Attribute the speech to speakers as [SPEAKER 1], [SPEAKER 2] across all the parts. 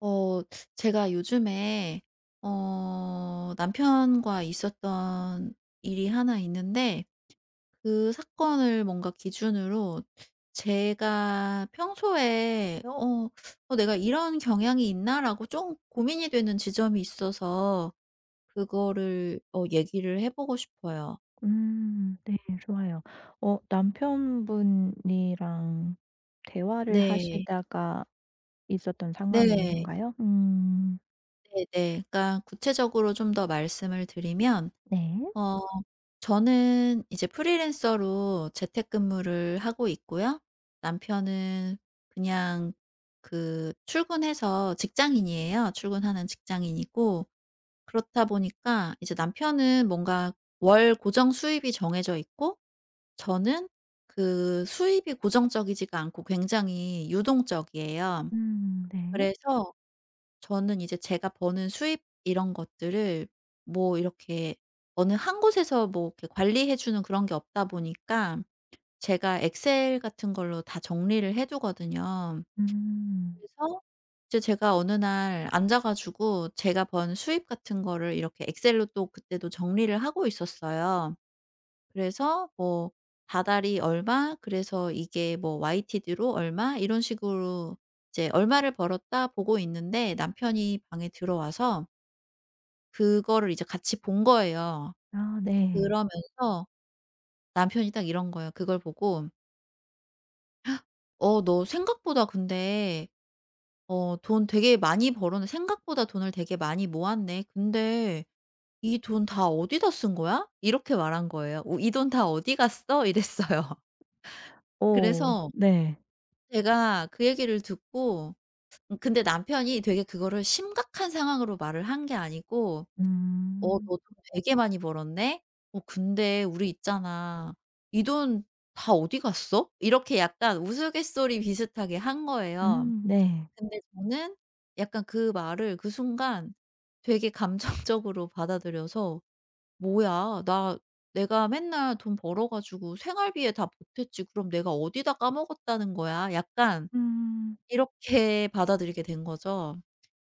[SPEAKER 1] 어 제가 요즘에 남편과 있었던 일이 하나 있는데, 그 사건을 뭔가 기준으로 제가 평소에 내가 이런 경향이 있나?'라고 좀 고민이 되는 지점이 있어서 그거를 얘기를 해 보고 싶어요.
[SPEAKER 2] 네, 좋아요. 남편분이랑 대화를
[SPEAKER 1] 네.
[SPEAKER 2] 하시다가 있었던 상황인
[SPEAKER 1] 네.
[SPEAKER 2] 건가요? 음.
[SPEAKER 1] 네네. 그러니까 구체적으로 좀 더 말씀을 드리면
[SPEAKER 2] 네.
[SPEAKER 1] 어 저는 이제 프리랜서로 재택근무를 하고 있고요. 남편은 그냥 그 출근해서 직장인이에요. 출근하는 직장인이고, 그렇다 보니까 이제 남편은 뭔가 월 고정 수입이 정해져 있고, 저는 그 수입이 고정적이지가 않고 굉장히 유동적이에요.
[SPEAKER 2] 네.
[SPEAKER 1] 그래서 저는 이제 제가 버는 수입 이런 것들을 뭐 이렇게 어느 한 곳에서 뭐 이렇게 관리해 주는 그런 게 없다 보니까 제가 엑셀 같은 걸로 다 정리를 해 두거든요.
[SPEAKER 2] 음.
[SPEAKER 1] 그래서 이제 제가 어느 날 앉아 가지고 제가 번 수입 같은 거를 이렇게 엑셀로 또 그때도 정리를 하고 있었어요. 그래서 뭐 다달이 얼마, 그래서 이게 뭐 YTD로 얼마, 이런 식으로 이제 얼마를 벌었다 보고 있는데 남편이 방에 들어와서 그거를 이제 같이 본 거예요.
[SPEAKER 2] 아 네.
[SPEAKER 1] 그러면서 남편이 딱 이런 거예요. 그걸 보고 너 생각보다 근데 돈 되게 많이 벌었네. 생각보다 돈을 되게 많이 모았네. 근데 이 돈 다 어디다 쓴 거야?" 이렇게 말한 거예요. "어 이 돈 다 어디 갔어?" 이랬어요.
[SPEAKER 2] 오
[SPEAKER 1] 그래서
[SPEAKER 2] 네.
[SPEAKER 1] 제가 그 얘기를 듣고, 근데 남편이 되게 그거를 심각한 상황으로 말을 한 게 아니고 너
[SPEAKER 2] 음.
[SPEAKER 1] 돈 되게 많이 벌었네? 근데 우리 있잖아. 이 돈 다 어디 갔어?" 이렇게 약간 우스갯소리 비슷하게 한 거예요.
[SPEAKER 2] 네.
[SPEAKER 1] 근데 저는 약간 그 말을 그 순간 되게 감정적으로 받아들여서 '뭐야, 나 내가 맨날 돈 벌어 가지고 생활비에 다 보탰지. 그럼 내가 어디다 까먹었다는 거야?' 약간
[SPEAKER 2] 음.
[SPEAKER 1] 이렇게 받아들이게 된 거죠.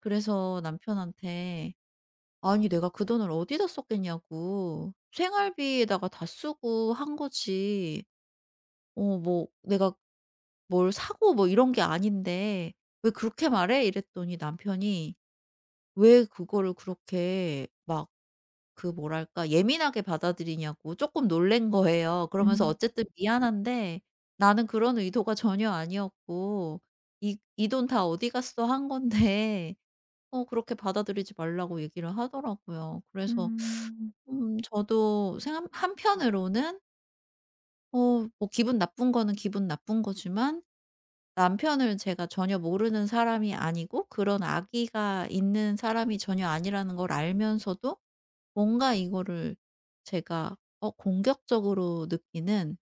[SPEAKER 1] 그래서 남편한테 아니 내가 그 돈을 어디다 썼겠냐고. 생활비에다가 다 쓰고 한 거지. 뭐 내가 뭘 사고 뭐 이런 게 아닌데 "왜 그렇게 말해?" 이랬더니 남편이 왜 그거를 그렇게 막 그 뭐랄까 예민하게 받아들이냐고 조금 놀란 거예요. 그러면서
[SPEAKER 2] 음.
[SPEAKER 1] 어쨌든 "미안한데 나는 그런 의도가 전혀 아니었고 이 돈 다 어디 갔어 한 건데." 그렇게 받아들이지 말라고 얘기를 하더라고요. 그래서
[SPEAKER 2] 음.
[SPEAKER 1] 저도 생한 한편으로는 어 뭐 기분 나쁜 거는 기분 나쁜 거지만 남편을 제가 전혀 모르는 사람이 아니고 그런 악의가 있는 사람이 전혀 아니라는 걸 알면서도 뭔가 이거를 제가 공격적으로 느끼는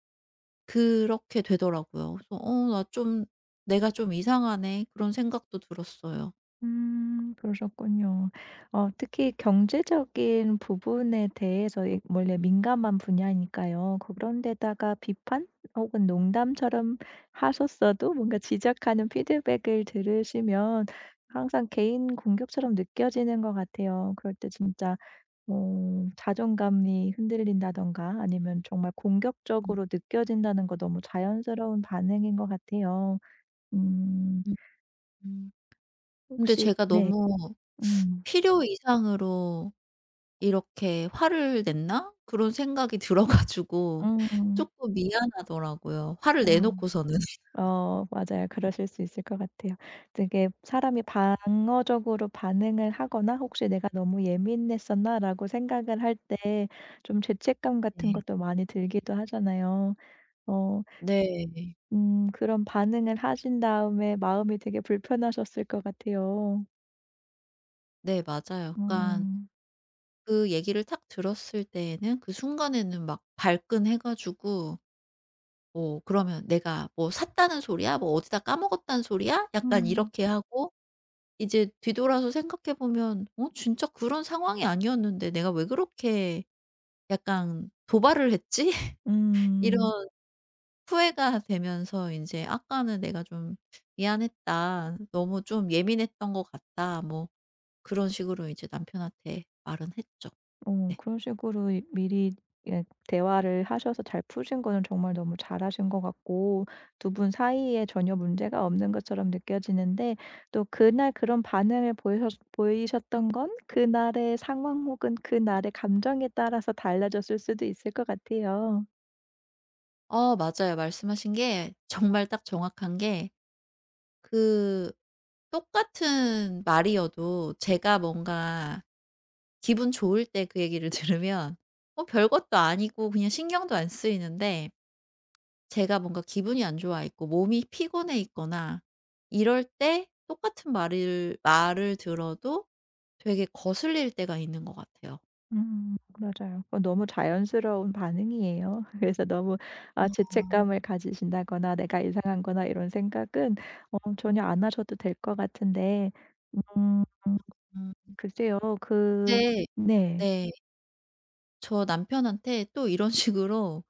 [SPEAKER 1] 그렇게 되더라고요. 그래서 '어 나 좀 내가 좀 이상하네.' 그런 생각도 들었어요.
[SPEAKER 2] 음, 그러셨군요. 특히 경제적인 부분에 대해서 이 원래 민감한 분야니까요. 그런 데다가 비판 혹은 농담처럼 하셨어도 뭔가 지적하는 피드백을 들으시면 항상 개인 공격처럼 느껴지는 것 같아요. 그럴 때 진짜 자존감이 흔들린다든가 아니면 정말
[SPEAKER 1] 음.
[SPEAKER 2] 공격적으로 느껴진다는 거 너무 자연스러운 반응인 것 같아요. 음
[SPEAKER 1] 음. 음. 근데
[SPEAKER 2] 혹시
[SPEAKER 1] 제가
[SPEAKER 2] 네.
[SPEAKER 1] 너무
[SPEAKER 2] 음.
[SPEAKER 1] 필요 이상으로 '이렇게 화를 냈나?' 그런 생각이 들어 가지고
[SPEAKER 2] 음.
[SPEAKER 1] 쪼끔 미안하더라고요. 화를
[SPEAKER 2] 어.
[SPEAKER 1] 내놓고서는.
[SPEAKER 2] 어 맞아요. 그러실 수 있을 것 같아요. 되게 사람이 방어적으로 반응을 하거나 '혹시 내가 너무 예민했었나?'라고 생각을 할 때 좀 죄책감 같은
[SPEAKER 1] 네.
[SPEAKER 2] 것도 많이 들기도 하잖아요. 어
[SPEAKER 1] 네.
[SPEAKER 2] 그런 반응을 하신 다음에 마음이 되게 불편하셨을 것 같아요.
[SPEAKER 1] 네 맞아요. 그러니깐
[SPEAKER 2] 음.
[SPEAKER 1] 그 얘기를 딱 들었을 때에는 그 순간에는 막 발끈해 가지고 뭐 그러면 '내가 뭐 샀다는 소리야? 뭐 어디다 까먹었다는 소리야?' 약간
[SPEAKER 2] 음.
[SPEAKER 1] 이렇게 하고 이제 뒤돌아서 생각해 보면 진짜 그런 상황이 아니었는데 내가 왜 그렇게 약간 도발을 했지?' 이런
[SPEAKER 2] 음.
[SPEAKER 1] 후회가 되면서 이제 '아까는 내가 좀 미안했다. 너무 좀 예민했던 것 같다.' 뭐 그런 식으로 이제 남편한테 말은 했죠. 네.
[SPEAKER 2] 그런 식으로 이 미리 예 대화를 하셔서 잘 푸신 거는 정말 너무 잘하신 것 같고, 두 분 사이에 전혀 문제가 없는 것처럼 느껴지는데 또 그날 그런 반응을 보이셨던 건 그날의 상황 혹은 그날의 감정에 따라서 달라졌을 수도 있을 것 같아요.
[SPEAKER 1] 맞아요. 말씀하신 게 정말 딱 정확한 게 그 똑같은 말이어도 제가 뭔가 기분 좋을 때 그 얘기를 들으면 뭐 별것도 아니고 그냥 신경도 안 쓰이는데, 제가 뭔가 기분이 안 좋아 있고 몸이 피곤해 있거나 이럴 때 똑같은 말을 들어도 되게 거슬릴 때가 있는 것 같아요.
[SPEAKER 2] 맞아요. 그건 너무 자연스러운 반응이에요. 그래서 너무 아 죄책감을 가지신다거나 '내가 이상한 거나.' 이런 생각은 전혀 안 하셔도 될 것 같은데 음.
[SPEAKER 1] 음.
[SPEAKER 2] 글쎄요. 그
[SPEAKER 1] 근데
[SPEAKER 2] 네.
[SPEAKER 1] 네. 저 남편한테 또 이런 식으로,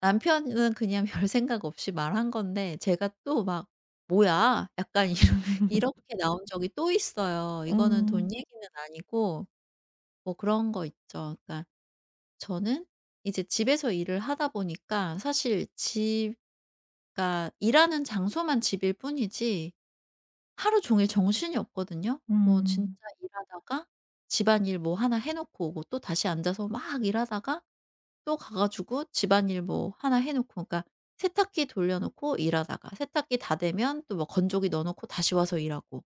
[SPEAKER 1] 남편은 그냥 별 생각 없이 말한 건데 제가 또 막 "뭐야?" 약간 이러 이렇게 나온 적이 또 있어요. 이거는
[SPEAKER 2] 음.
[SPEAKER 1] 돈 얘기는 아니고 뭐 그런 거 있죠. 그러니까 저는 이제 집에서 일을 하다 보니까 사실 집 그러니까 일하는 장소만 집일 뿐이지 하루 종일 정신이 없거든요. 뭐 진짜
[SPEAKER 2] 음.
[SPEAKER 1] 일하다가 집안일 뭐 하나 해 놓고 오고 또 다시 앉아서 막 일하다가 또 가 가지고 집안일 뭐 하나 해 놓고, 그러니까 세탁기 돌려 놓고 일하다가 세탁기 다 되면 또 뭐 건조기 넣어 놓고 다시 와서 일하고,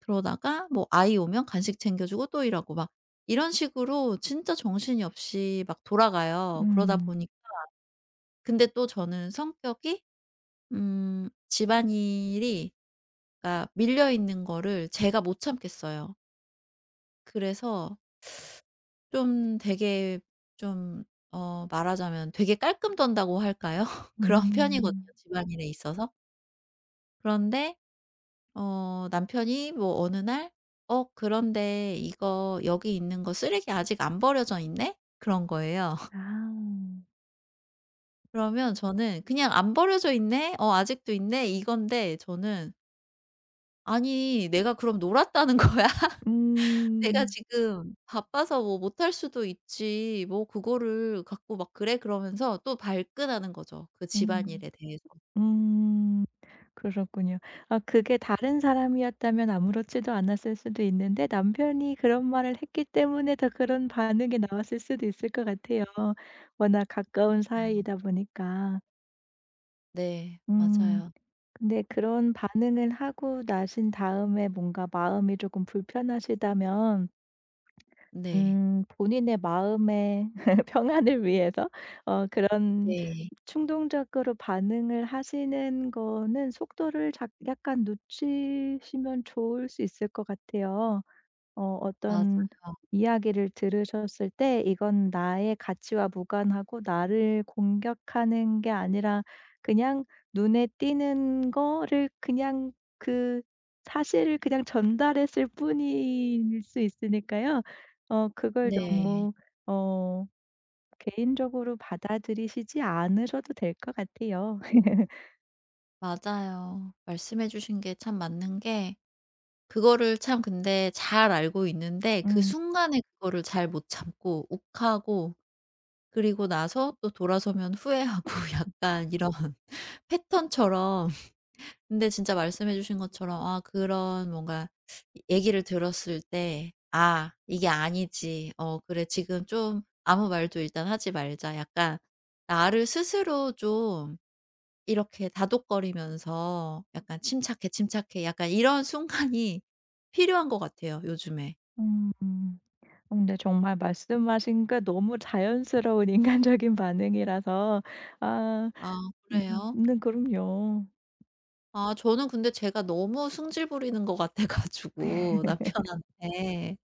[SPEAKER 1] 그러다가 뭐 아이 오면 간식 챙겨 주고 또 이러고 막 이런 식으로 진짜 정신이 없이 막 돌아가요. 그러다
[SPEAKER 2] 음.
[SPEAKER 1] 보니, 근데 또 저는 성격이, 집안일이 그러니까 밀려 있는 거를 제가 못 참겠어요. 그래서 좀 되게 좀 말하자면 되게 깔끔 던다고 할까요? 그런 편이거든요
[SPEAKER 2] 음.
[SPEAKER 1] 집안일에 있어서. 그런데 남편이 뭐 어느 날 그런데 이거 여기 있는 거 쓰레기 아직 안 버려져 있네?" 그런 거예요.
[SPEAKER 2] 아.
[SPEAKER 1] 그러면 저는 그냥 "안 버려져 있네. 어 아직도 있네." 이건데, 저는 아니 내가 그럼 놀았다는 거야? 내가
[SPEAKER 2] 음.
[SPEAKER 1] 지금 바빠서 뭐 못할 수도 있지, 뭐 그거를 갖고 막 그래? 그러면서 또 발끈하는 거죠, 그
[SPEAKER 2] 음.
[SPEAKER 1] 집안일에 대해서.
[SPEAKER 2] 음. 그렇군요. 아 그게 다른 사람이었다면 아무렇지도 않았을 수도 있는데 남편이 그런 말을 했기 때문에 더 그런 반응이 나왔을 수도 있을 것 같아요. 워낙 가까운
[SPEAKER 1] 아
[SPEAKER 2] 사이이다 보니까.
[SPEAKER 1] 네.
[SPEAKER 2] 음.
[SPEAKER 1] 맞아요.
[SPEAKER 2] 근데 그런 반응을 하고 나신 다음에 뭔가 마음이 조금 불편하시다면
[SPEAKER 1] 네.
[SPEAKER 2] 본인의 마음의 평안을 위해서 그런
[SPEAKER 1] 네.
[SPEAKER 2] 충동적으로 반응을 하시는 거는 속도를 작 약간 놓치시면 좋을 수 있을 것 같아요. 어
[SPEAKER 1] 맞아요.
[SPEAKER 2] 어떤 이야기를 들으셨을 때 이건 나의 가치와 무관하고 나를 공격하는 게 아니라 그냥 눈에 띄는 거를 그냥 그 사실을 그냥 전달했을 뿐일 수 있으니까요. 그걸
[SPEAKER 1] 네.
[SPEAKER 2] 너무 어 개인적으로 받아들이시지 않으셔도 될 것 같아요.
[SPEAKER 1] 맞아요. 말씀해 주신 게 참 맞는 게, 그거를 참 근데 잘 알고 있는데 그
[SPEAKER 2] 음.
[SPEAKER 1] 순간에 그거를 잘 못 참고 욱하고, 그리고 나서 또 돌아서면 후회하고 약간 이런 패턴처럼. 근데 진짜 말씀해 주신 것처럼 아 그런 뭔가 얘기를 들었을 때 '아 이게 아니지. 그래 지금 좀 아무 말도 일단 하지 말자.' 약간 나를 스스로 좀 이렇게 다독거리면서 약간 '침착해, 침착해.' 약간 이런 순간이 필요한 것 같아요 요즘에.
[SPEAKER 2] 음. 어 근데 정말 말씀하신 게 너무 자연스러운 인간적인 반응이라서 아
[SPEAKER 1] 아 그래요?
[SPEAKER 2] 네 그럼요.
[SPEAKER 1] 아 저는 근데 제가 너무 승질 부리는 것 같아 가지고 남편한테.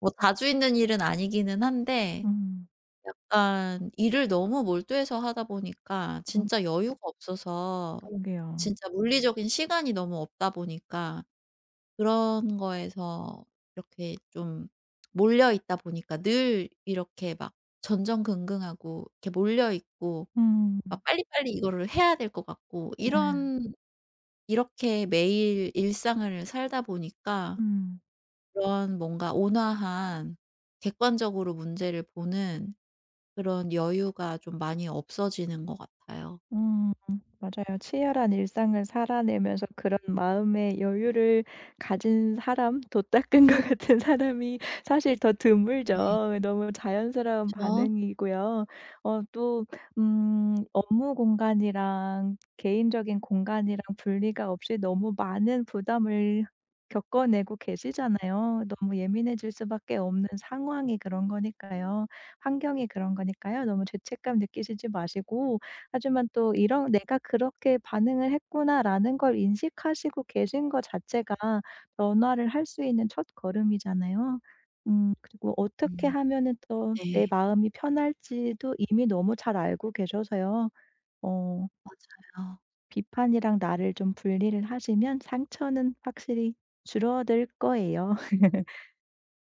[SPEAKER 1] 뭐 자주 있는 일은 아니기는 한데,
[SPEAKER 2] 음.
[SPEAKER 1] 약간 일을 너무 몰두해서 하다 보니까
[SPEAKER 2] 음,
[SPEAKER 1] 진짜 여유가 없어서,
[SPEAKER 2] 그러게요.
[SPEAKER 1] 진짜 물리적인 시간이 너무 없다 보니까, 그런 거에서 이렇게 좀 몰려 있다 보니까 늘 이렇게 막 전전긍긍하고 이렇게 몰려 있고,
[SPEAKER 2] 음.
[SPEAKER 1] 막 빨리빨리 이거를 해야 될 것 같고,
[SPEAKER 2] 네.
[SPEAKER 1] 이런 이렇게 매일 일상을 살다 보니까
[SPEAKER 2] 음.
[SPEAKER 1] 그런 뭔가 온화한, 객관적으로 문제를 보는 그런 여유가 좀 많이 없어지는 것 같아요.
[SPEAKER 2] 음 맞아요. 치열한 일상을 살아내면서 그런 마음의 여유를 가진 사람, 도닦은 것 같은 사람이 사실 더
[SPEAKER 1] 네.
[SPEAKER 2] 드물죠. 너무 자연스러운
[SPEAKER 1] 그쵸.
[SPEAKER 2] 반응이고요. 어 또 업무 공간이랑 개인적인 공간이랑 분리가 없이 너무 많은 부담을 겪어내고 계시잖아요. 너무 예민해질 수밖에 없는 상황이 그런 거니까요. 환경이 그런 거니까요. 너무 죄책감 느끼시지 마시고 하지만 또 이런 '내가 그렇게 반응을 했구나.'라는 걸 인식하시고 계신 거 자체가 변화를 할 수 있는 첫걸음이잖아요. 그리고 어떻게
[SPEAKER 1] 음
[SPEAKER 2] 하면은 또
[SPEAKER 1] 네.
[SPEAKER 2] 내 마음이 편할지도 이미 너무 잘 알고 계셔서요. 어 비판이랑 나를 좀 분리를 하시면 상처는 확실히 줄어들 거예요.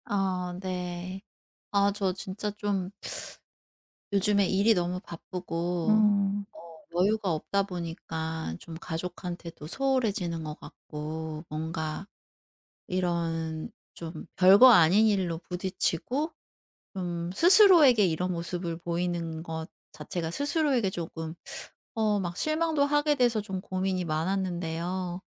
[SPEAKER 1] 네. 아 저 진짜 좀 요즘에 일이 너무 바쁘고
[SPEAKER 2] 음.
[SPEAKER 1] 여유가 없다 보니까 좀 가족한테도 소홀해지는 것 같고, 뭔가 이런 좀 별거 아닌 일로 부딪히고 좀 스스로에게 이런 모습을 보이는 것 자체가 스스로에게 조금 막 실망도 하게 돼서 좀 고민이 많았는데요.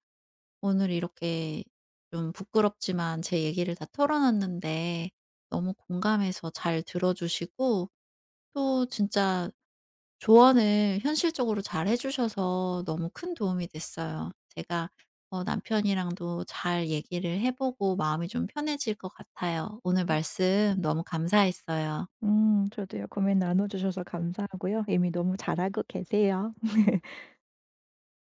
[SPEAKER 1] 오늘 이렇게 좀 부끄럽지만 제 얘기를 다 털어놨는데 너무 공감해서 잘 들어주시고 또 진짜 조언을 현실적으로 잘해 주셔서 너무 큰 도움이 됐어요. 제가 남편이랑도 잘 얘기를 해 보고 마음이 좀 편해질 것 같아요. 오늘 말씀 너무 감사했어요.
[SPEAKER 2] 저도요. 고민 나눠 주셔서 감사하고요. 이미 너무 잘하고 계세요.